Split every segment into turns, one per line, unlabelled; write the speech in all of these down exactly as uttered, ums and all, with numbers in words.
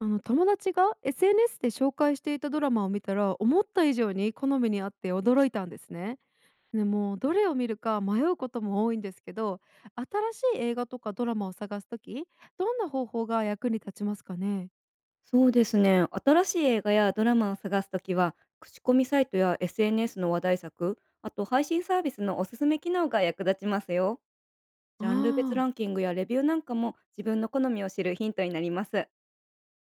あの友達が エスエヌエス で紹介していたドラマを見たら思った以上に好みにあって驚いたんですね。でもうどれを見るか迷うことも多いんですけど、新しい映画とかドラマを探すときどんな方法が役に立ちますかね？
そうですね。新しい映画やドラマを探すときは、口コミサイトや エスエヌエス の話題作、あと配信サービスのおすすめ機能が役立ちますよ。
あ
ジャンル別
ー、
ランキングやレビューなんかも自分の好みを知るヒントになります。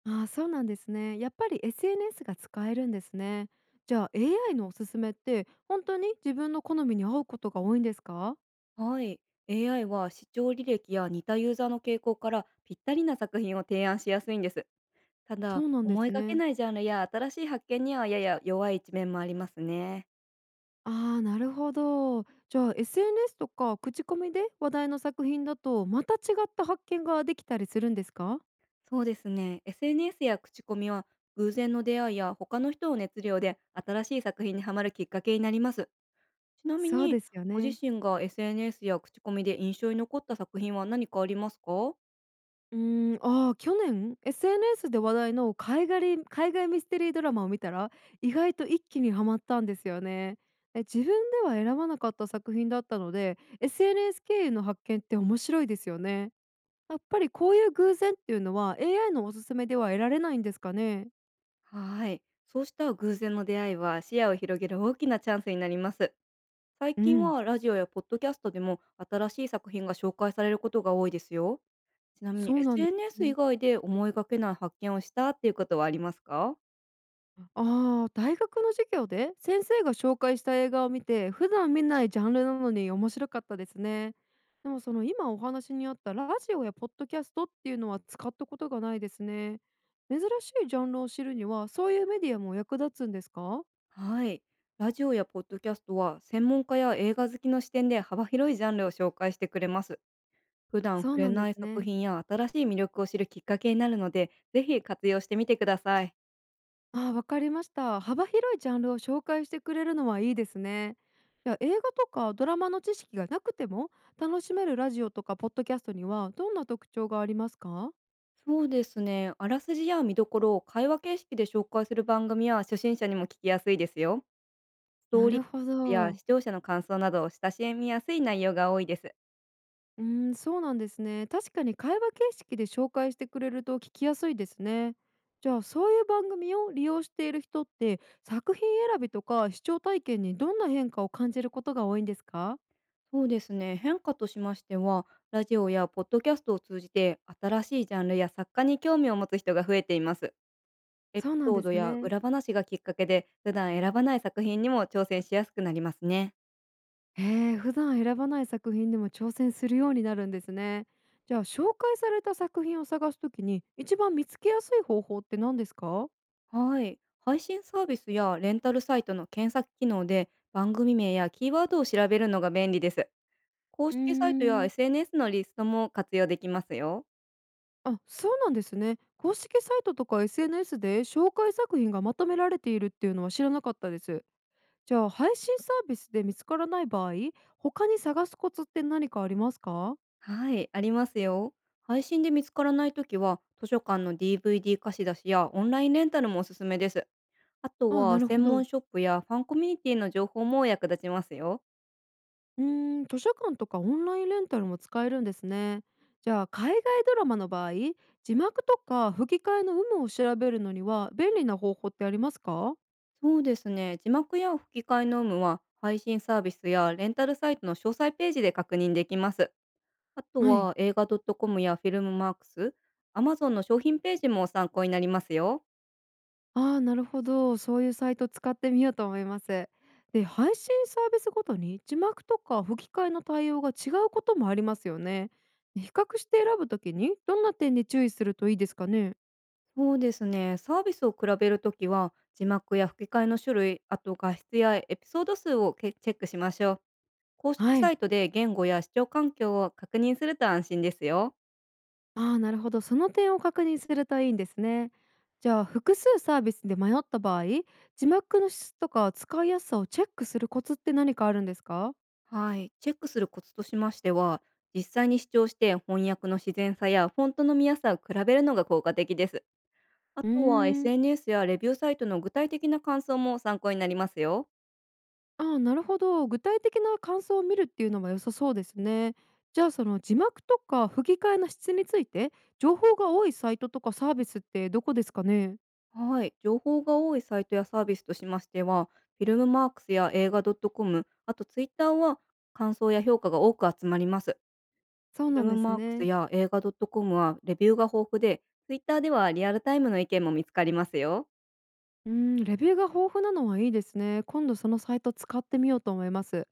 あー、そうなんですね。やっぱり エスエヌエス が使えるんですね。じゃあ エーアイ のおすすめって本当に自分の好みに合うことが多いんですか？
はい。エーアイ は視聴履歴や似たユーザーの傾向からぴったりな作品を提案しやすいんです。た
そ
だ、
うなんで
思い
す
がけ
ね。
ないジャンルや新しい発見にはやや弱い一面もありますね。
ああ、なるほど。じゃあ エスエヌエス とか口コミで話題の作品だとまた違った発見ができたりするんですか？
そうですね。エスエヌエス や口コミは偶然の出会いや他の人の熱量で新しい作品にはまるきっかけになります。ちなみ
そう
に、
ですよ
ご自
ね。
身が エスエヌエス や口コミで印象に残った作品は何かありますか？
うーん、ああ、去年 エスエヌエス で話題の海外海外ミステリードラマを見たら意外と一気にハマったんですよね。え、自分では選ばなかった作品だったので エスエヌエス 経由の発見って面白いですよね。やっぱりこういう偶然っていうのは エーアイ のおすすめでは得られないんですかね？
はい。そうした偶然の出会いは視野を広げる大きなチャンスになります。最
う
近
ん、
はラジオやポッドキャストでも新しい作品が紹介されることが多いですよ。ちなみに、
そうなんです
エスエヌエス 以
ね。
外で思いがけない発見をしたっていうことはありますか？
ああ、大学の授業で先生が紹介した映画を見て、普段見ないジャンルなのに面白かったですね。でもその今お話にあったラジオやポッドキャストっていうのは使ったことがないですね。珍しいジャンルを知るにはそういうメディアも役立つんですか？
はい。ラジオやポッドキャストは専門家や映画好きの視点で幅広いジャンルを紹介してくれます。普段
そ
触
う
れ
なんで
な
す
い作
ね。
品や新しい魅力を知るきっかけになるので、ぜひ活用してみてください。
ああ、わかりました。幅広いジャンルを紹介してくれるのはいいですね。じゃあ映画とかドラマの知識がなくても楽しめるラジオとかポッドキャストにはどんな特徴がありますか？
そうですね。あらすじや見どころを会話形式で紹介する番組は初心者にも聞きやすいですよ。スト
な
ー
る
リ
ほ
ーや
ど。
視聴者の感想など、親しみやすい内容が多いです。
うーん、そうなんですね。確かに会話形式で紹介してくれると聞きやすいですね。じゃあそういう番組を利用している人って作品選びとか視聴体験にどんな変化を感じることが多いんですか？
そうですね。変化としましては、ラジオやポッドキャストを通じて新しいジャンルや作家に興味を持つ人が増えています。エピ
そうなん
ソー
で
ド
す
や
ね。
裏話がきっかけで、普段選ばない作品にも挑戦しやすくなりますね。
へえ、普段選ばない作品でも挑戦するようになるんですね。じゃあ紹介された作品を探すときに一番見つけやすい方法って何ですか？
はい。配信サービスやレンタルサイトの検索機能で番組名やキーワードを調べるのが便利です。公
うー
式サイトや
ん。
エスエヌエス のリストも活用できますよ。
あ、そうなんですね。公式サイトとか エスエヌエス で紹介作品がまとめられているっていうのは知らなかったです。じゃあ配信サービスで見つからない場合、他に探すコツって何かありますか？
はい、ありますよ。配信で見つからないときは、図書館の ディーブイディー 貸し出しやオンラインレンタルもおすすめです。あと
あ、な
は、
るほ
専
ど。
門ショップやファンコミュニティの情報も役立ちますよ。
うーん、図書館とかオンラインレンタルも使えるんですね。じゃあ海外ドラマの場合、字幕とか吹き替えの有無を調べるのには便利な方法ってありますか？
そうですね。字幕や吹き替えの有無は配信サービスやレンタルサイトの詳細ページで確認できます。あと
はい。
は、映画 .com やフィルムマークス、アマゾン の商品ページも参考になりますよ。
ああ、なるほど。そういうサイト使ってみようと思います。で、配信サービスごとに字幕とか吹き替えの対応が違うこともありますよね。比較して選ぶときにどんな点で注意するといいですかね。
そうですね。サービスを比べるときは字幕や吹き替えの種類、あと画質やエピソード数をけチェックしましょう。公式
は
サ
い。
イトで言語や視聴環境を確認すると安心ですよ。
ああ、なるほど。その点を確認するといいんですね。じゃあ、複数サービスで迷った場合、字幕の質とか使いやすさをチェックするコツって何かあるんですか？
はい、チェックするコツとしましては、実際に視聴して翻訳の自然さやフォントの見やすさを比べるのが効果的です。あ
う
とは、
ーん。
エスエヌエス やレビューサイトの具体的な感想も参考になりますよ。
ああ、なるほど。具体的な感想を見るっていうのは良さそうですね。じゃあその字幕とか吹き替えの質について情報が多いサイトとかサービスってどこですかね？
はい、情報が多いサイトやサービスとしましては、フィルムマークスや映画 .com、あと Twitter は感想や評価が多く集まります。
そう
フィ
な
ル
ん
ム
です
マークス
ね。
や映画 .com はレビューが豊富で、Twitter ではリアルタイムの意見も見つかりますよ。
うん、レビューが豊富なのはいいですね。今度そのサイト使ってみようと思います。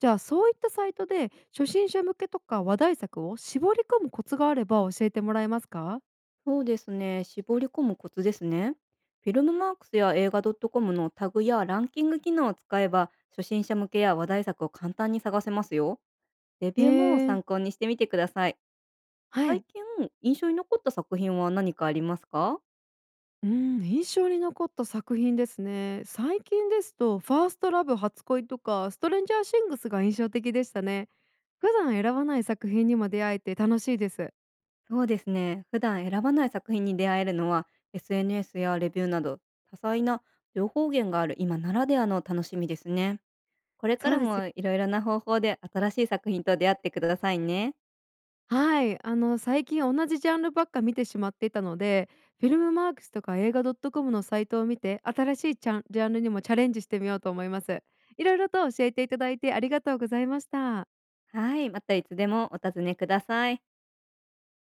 じゃあそういったサイトで初心者向けとか話題作を絞り込むコツがあれば教えてもらえますか？
そうですね。絞り込むコツですね。フィルムマークスや映画 .com のタグやランキング機能を使えば、初心者向けや話題作を簡単に探せますよ。レ
へ
ビューも
えー、
参考にしてみてください。
は
最
い。
近、印象に残った作品は何かありますか？
うん、印象に残った作品ですね。最近ですと「ファーストラブ初恋」とか「ストレンジャーシングス」が印象的でしたね。普段選ばない作品にも出会えて楽しいです。
そうですね。普段選ばない作品に出会えるのは、エスエヌエス やレビューなど、多彩な情報源がある今ならではの楽しみですね。これか
そ
ら
うですよ。
もいろいろな方法で新しい作品と出会ってくださいね。
はい、あの最近同じジャンルばっか見てしまっていたので、フィルムマークスとかえいがどっとこむ のサイトを見て、新しいチャンジャンルにもチャレンジしてみようと思います。いろいろと教えていただいてありがとうございました。
はい、またいつでもお尋ねください。